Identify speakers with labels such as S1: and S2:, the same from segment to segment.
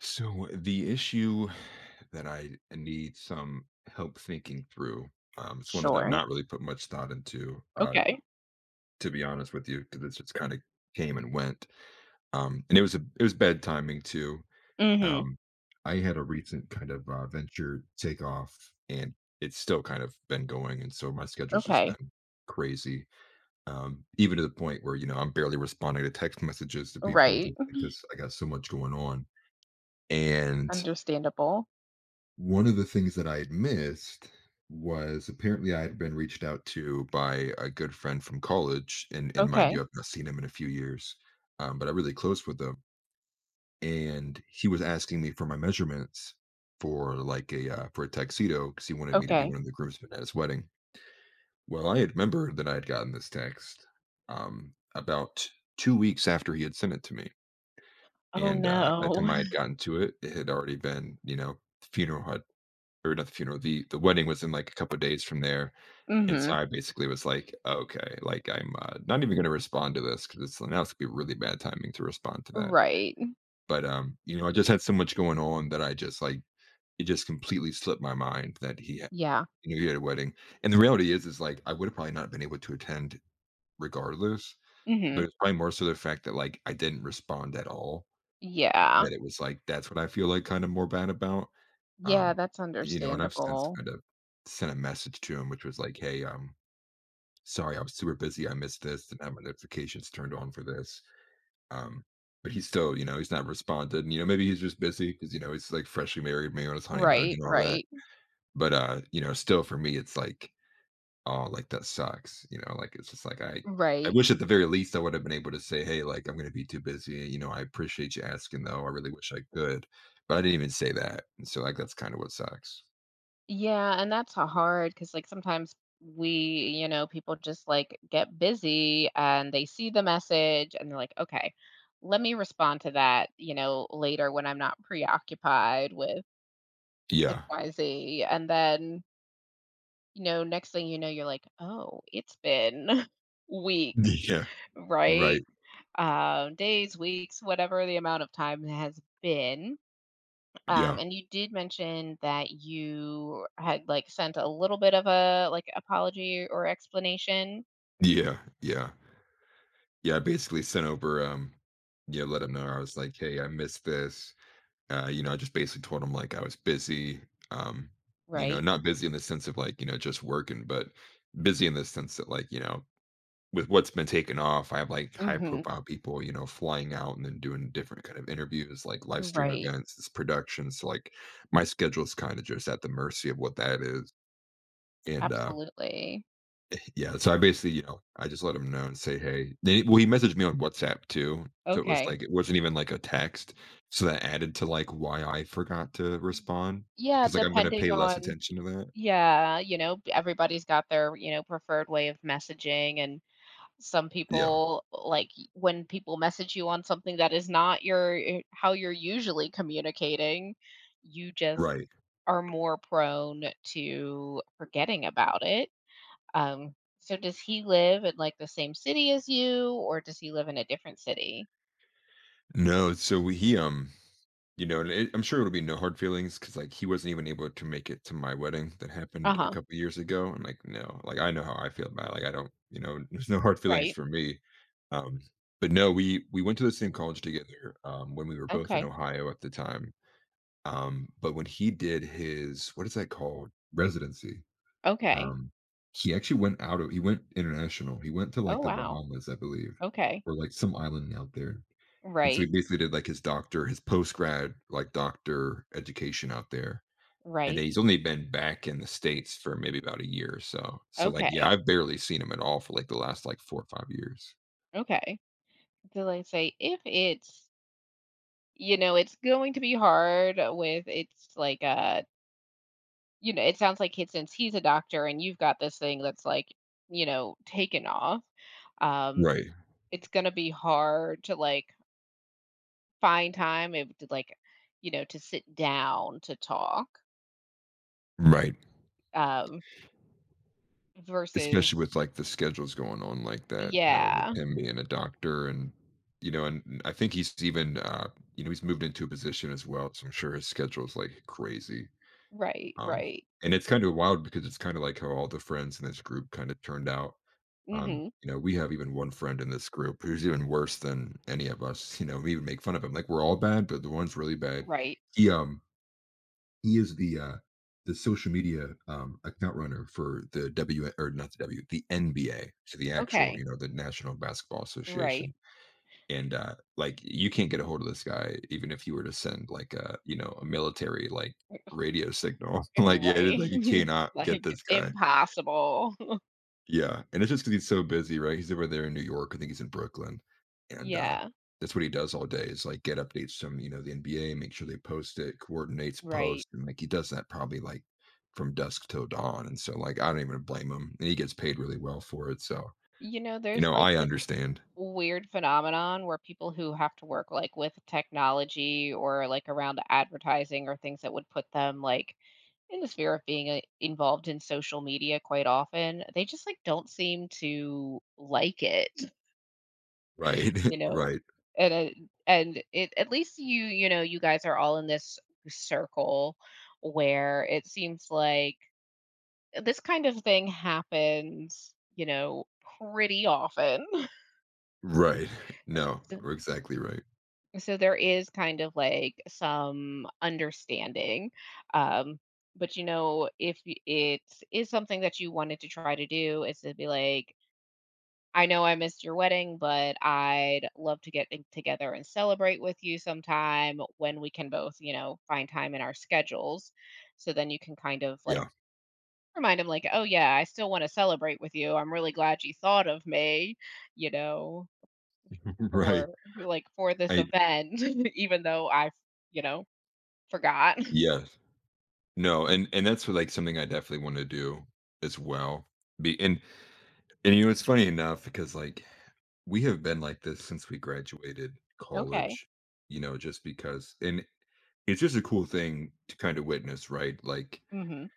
S1: So the issue that I need some help thinking through, it's one that I've
S2: Sure.
S1: not really put much thought into,
S2: Okay.
S1: to be honest with you, because it's just kind of came and went. And it was bad timing too.
S2: Mhm.
S1: Um, I had a recent kind of venture take off, and it's still kind of been going, and so my schedule's just
S2: Okay.
S1: been crazy. Even to the point where I'm barely responding to text messages to people
S2: Right.
S1: just because I got so much going on, and
S2: Understandable.
S1: one of the things that I had missed was apparently I had been reached out to by a good friend from college, and mind
S2: Okay.
S1: you, I've not seen him in a few years, but I'm really close with him. And he was asking me for my measurements for like a for a tuxedo because he wanted me to be
S2: Okay.
S1: one of the groomsmen at his wedding. Well, I had remembered that I had gotten this text about 2 weeks after he had sent it to me,
S2: Oh,
S1: and by the
S2: no.
S1: time I had gotten to it, it had already been funeral had or not the funeral, the wedding was in, like, a couple of days from there, and so
S2: Mhm.
S1: I basically was like, "Okay, like, I'm, not even gonna respond to this 'cause it's now it's gonna be really bad timing to respond to that."
S2: Right.
S1: But, I just had so much going on that I just, like it just completely slipped my mind that he had
S2: Yeah.
S1: you know, he had a wedding, and the reality is, like, I would've probably not been able to attend regardless,
S2: Mhm.
S1: but it's probably more so the fact that, like, I didn't respond at all,
S2: Yeah.
S1: that it was like, that's what I feel, like, kinda more bad about.
S2: Yeah,
S1: Um,
S2: that's
S1: and I've since
S2: understandable.
S1: kind of sent a message to him, which was like, "Hey, sorry, I was super busy. I missed this. Didn't have my notifications turned on for this." Um, but he's still, he's not responded. And, maybe he's just busy because, he's like freshly married, maybe on his honeymoon
S2: Right,
S1: and all that.
S2: right,
S1: But still for me, it's like, oh, like that sucks. Like it's just like I
S2: right.
S1: wish at the very least I would have been able to say, hey, like I'm gonna be too busy. I appreciate you asking though. I really wish I could. But I didn't even say that. And so like that's kind of what sucks.
S2: Yeah, and that's a hard because, like, sometimes we you know, people just, like, get busy and they see the message and they're like, "Okay, let me respond to that," you know, later when I'm not preoccupied with
S1: Yeah.
S2: XYZ, and then, you know, next thing you know, you're like, "Oh, it's been weeks,"
S1: Yeah, right.
S2: right? Days, weeks, whatever the amount of time has been.
S1: Yeah.
S2: And you did mention that you had, like, sent a little bit of a, like, apology or explanation,
S1: Yeah, yeah. Yeah, I basically sent over, yeah, let him know I was like, "Hey, I missed this." I just basically told him, like, I was busy, um,
S2: right?
S1: not busy in the sense of, like, just working, but busy in the sense that, like, with what's been taken off, I have, like, high
S2: Mhm.
S1: profile people, flying out and then doing different kind of interviews, like live stream
S2: Right.
S1: events, it's productions. So like, my schedule's kinda just at the mercy of what that is, and,
S2: Absolutely.
S1: yeah, so I basically, I just let him know and say, "Hey." They Well, he messaged me on WhatsApp too, so it was
S2: Okay.
S1: like it wasn't even like a text, so that added to, like, why I forgot to respond
S2: Yeah,
S1: because like, I'm gonna
S2: depending
S1: pay less
S2: on,
S1: attention to that.
S2: yeah, you know, everybody's got their, you know, preferred way of messaging. And some
S1: Yeah,
S2: people like, when people message you on something that is not your eh, how you're usually communicating, you just
S1: right.
S2: are more prone to forgetting about it. So does he live in, like, the same city as you, or does he live in a different city?
S1: No, so You know, and it I'm sure it'll be no hard feelings, cause like, he wasn't even able to make it to my wedding that happened a
S2: Uh-huh,
S1: couple years ago, and, like, no, like, I know how I feel about it, like, I don't you know, there's no hard feelings
S2: right.
S1: for me, um, but no, we went to the same college together, when we were both in
S2: Okay,
S1: Ohio at the time, but when he did his what is that called? Residency.
S2: okay.
S1: um, he actually went international, he went to, like,
S2: Oh,
S1: the
S2: wow.
S1: Bahamas, I believe,
S2: Okay.
S1: or, like, some island out there. And so he
S2: Right,
S1: basically did like his doctor, his post grad, like doctor education out there. And
S2: right.
S1: then he's only been back in the States for maybe about a year or so. So like, yeah,
S2: Okay,
S1: I've barely seen him at all for like the last like 4 or 5 years.
S2: okay. Did I say if it's... You know, it's going to be hard with it's like, you know, it sounds like it since he's a doctor and you've got this thing that's like, you know, taken off. Um,
S1: Right.
S2: it's gonna be hard to like find time if to like, you know, to sit down to talk.
S1: Right.
S2: Um, versus
S1: Especially with, like, the schedules going on like that, with
S2: yeah,
S1: him being a doctor and, I think he's even, he's moved into a position as well, so I'm sure his schedule is, like, crazy.
S2: right,
S1: Um,
S2: right.
S1: and it's kinda wild because it's kinda like how all the friends in this group kinda turned out.
S2: Mhm.
S1: We have even one friend in this group who's even worse than any of us, we would make fun of him, like, we're all bad, but the one's really bad.
S2: Right.
S1: He, um he is the social media account runner for the W or not the W, the NBA, so the actual,
S2: Okay.
S1: the National Basketball
S2: Right.
S1: Association. And like you can't get a hold of this guy even if you were to send like a military like radio signal. Like yeah, it is
S2: Right.
S1: like you
S2: Just...
S1: cannot
S2: Like...
S1: get this guy.
S2: impossible.
S1: Yeah, and it's just because he's so busy, right? He's over there in New York, I think he's in Brooklyn, and,
S2: Yeah,
S1: that's what he does all day is, like, get updates from, the NBA, make sure they post it, coordinates
S2: right.
S1: post, and, like, he does that probably, like, from dusk till dawn, and so, like, I don't even blame him, and he gets paid really well for it, so,
S2: You know, there's like
S1: I
S2: this
S1: understand.
S2: weird phenomenon where people who have to work like with technology or like around advertising or things that would put them like in the sphere of being involved in social media quite often they just like don't seem to like it,
S1: Right,
S2: you know.
S1: right,
S2: And uh, and it at least you know you guys are all in this circle where it seems like this kind of thing happens, you know, pretty often.
S1: right. No, we're exactly right.
S2: So there is kind of like some understanding. Um, but you know, if y- it is something that you wanted to try to do, is to be like, I know I missed your wedding, but I'd love to get in- together and celebrate with you sometime when we can both, you know, find time in our schedules. So then you can kind of like
S1: Yeah,
S2: remind them, like, oh, yeah, I still want to celebrate with you. I'm really glad you thought of me, you know,
S1: right.
S2: for like, for this
S1: I
S2: event, even though I, you know, forgot.
S1: yes. No, and that's, what, like, something I definitely wanna do as well, be and it's funny enough because like we have been like this since we graduated
S2: Okay.
S1: college, you know, just because and it's just a cool thing to kind of witness, right? Like
S2: Mhm.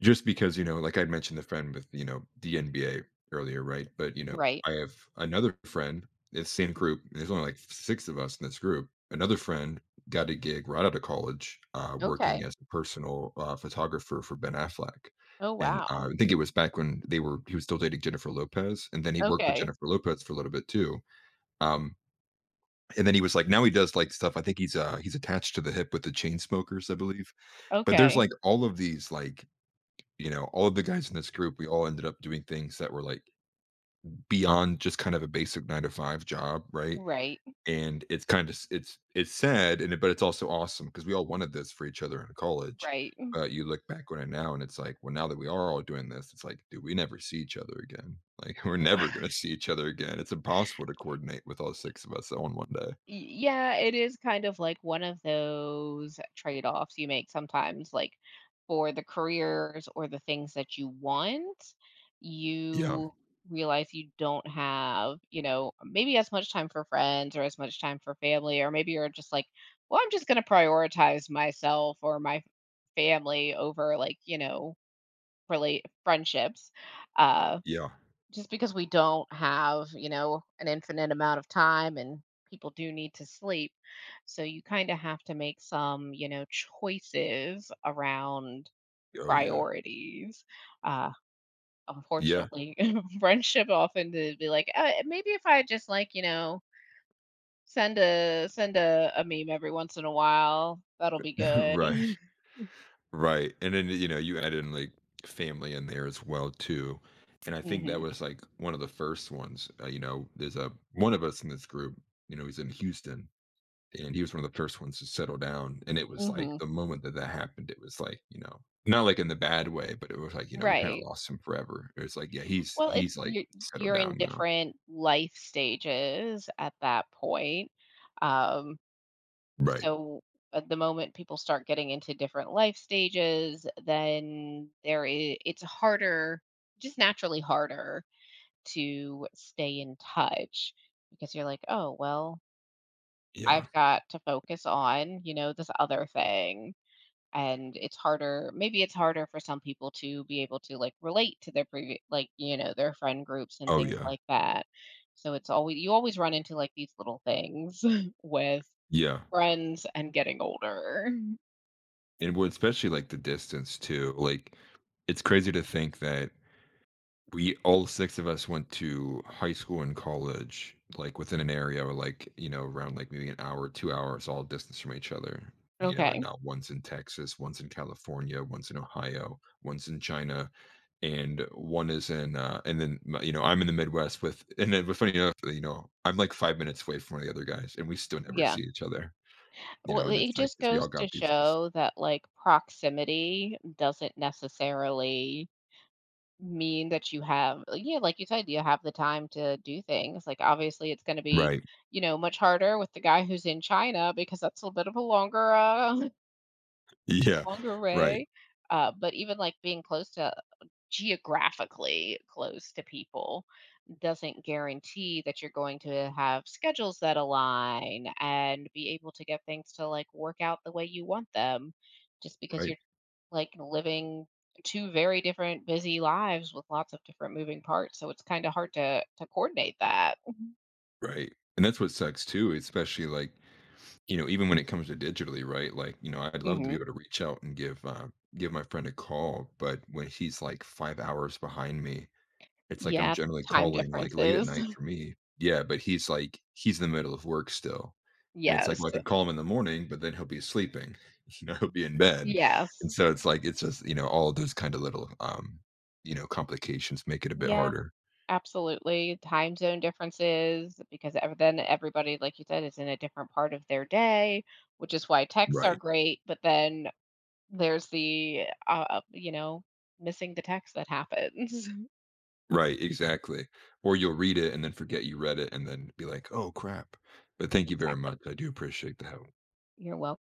S1: just because, like I mentioned the friend with, the NBA earlier, right? But,
S2: Right.
S1: I have another friend, it's same group, and there's only like 6 of us in this group. Another friend got a gig right out of college, working
S2: Okay.
S1: as a personal, photographer for Ben Affleck,
S2: Oh,
S1: and,
S2: wow.
S1: I think it was back when they were he was still dating Jennifer Lopez, and then he worked with
S2: Okay.
S1: Jennifer Lopez for a little bit too. Um, and then he was like now he does, like, stuff I think he's attached to the hip with the Chainsmokers, I believe. But there's,
S2: Okay.
S1: like, all of these, like all of the guys in this group, we all ended up doing things that were like beyond just kind of a basic nine to five job, right?
S2: Right.
S1: And it's sad, but it's also awesome because we all wanted this for each other in college.
S2: Right.
S1: But you look back on it now, and it's like, well, now that we are all doing this, it's like, dude, we never see each other again. Like, we're never gonna see each other again. It's impossible to coordinate with all six of us on one day.
S2: Yeah, it is kind of like one of those trade-offs you make sometimes, like, for the careers or the things that you want,
S1: Yeah,
S2: you realize you don't have, you know, maybe as much time for friends or as much time for family, or maybe you're just like, "Well, I'm just gonna prioritize myself or my family over, like, you know, relate friendships." Uh,
S1: yeah,
S2: just because we don't have, you know, an infinite amount of time and people do need to sleep. So you kind of have to make some, you know, choices around
S1: oh yeah,
S2: priorities. Uh,
S1: yeah,
S2: Unfortunately, friendship often to be like, maybe if I just like, you know, send a meme every once in a while, that'll be good.
S1: right. Right, and then, you add in, like, family in there as well too, and I think that
S2: Hmm.
S1: was, like, one of the first ones, there's a one of us in this group, he's in Houston, and he was one of the first ones to settle down, and it was, like,
S2: Hmm.
S1: the moment that that happened, it was, like, not, like, in the bad way, but it was, like, we kinda
S2: Right.
S1: lost him forever. It was, like, yeah, he's
S2: Well, it's
S1: he's, like, settled
S2: you're in
S1: down now.
S2: different life stages at that point. Um,
S1: Right,
S2: so at the moment people start getting into different life stages, then there is it's harder, just naturally harder to stay in touch because you're like, "Oh, well,
S1: yeah.
S2: I've got to focus on, you know, this other thing." And it's harder maybe it's harder for some people to be able to like relate to their previous like, you know, their friend groups and
S1: Oh,
S2: things
S1: yeah.
S2: like that. So it's always you always run into like these little things with
S1: Yeah,
S2: friends and getting older.
S1: and well, especially, like, the distance too, like, it's crazy to think that we all six of us went to high school and college like within an area or like around like maybe an hour 2 hours all distance from each other. And
S2: Okay,
S1: now one's in Texas, one's in California, one's in Ohio, one's in China, and one is in and then I'm in the Midwest with and then but funny enough I'm like 5 minutes away from one of the other guys and we still never
S2: yeah,
S1: see each other.
S2: well
S1: And
S2: it
S1: it's like
S2: just
S1: 'cause we
S2: goes
S1: all
S2: to
S1: got these this,
S2: show that like proximity doesn't necessarily mean that you have like, yeah, like you said, you have the time to do things. Like, obviously, it's going to be,
S1: right,
S2: you know, much harder with the guy who's in China because that's a bit of a longer,
S1: yeah,
S2: longer
S1: right,
S2: way. But even like being close to geographically close to people doesn't guarantee that you're going to have schedules that align and be able to get things to like work out the way you want them just because
S1: right,
S2: you're like living two very different busy lives with lots of different moving parts. So it's kind of hard to coordinate that. Mhm.
S1: right, and that's what sucks too, especially like even when it comes to digitally, right? Like, I'd love to be
S2: Hmm.
S1: able to reach out and give my friend a call, but when he's like 5 hours behind me, it's like I'm
S2: Yeah,
S1: generally
S2: time
S1: calling like late at
S2: differences.
S1: night for me. Yeah, but he's in the middle of work still, and it's like
S2: Yes.
S1: well, I could call him in the morning, but then he'll be sleeping. You know, he'll be in bed,
S2: Yes.
S1: and so it's like it's just all of those kind of little complications make it a bit
S2: Yeah,
S1: harder.
S2: absolutely. Time zone differences because then everybody, like you said, is in a different part of their day, which is why texts are
S1: Right.
S2: great. But then there's the, you know, missing the text that happens.
S1: Right, exactly. Or you'll read it and then forget you read it and then be like, "Oh, crap." But thank you very
S2: Exactly.
S1: much. I do appreciate the help.
S2: You're welcome.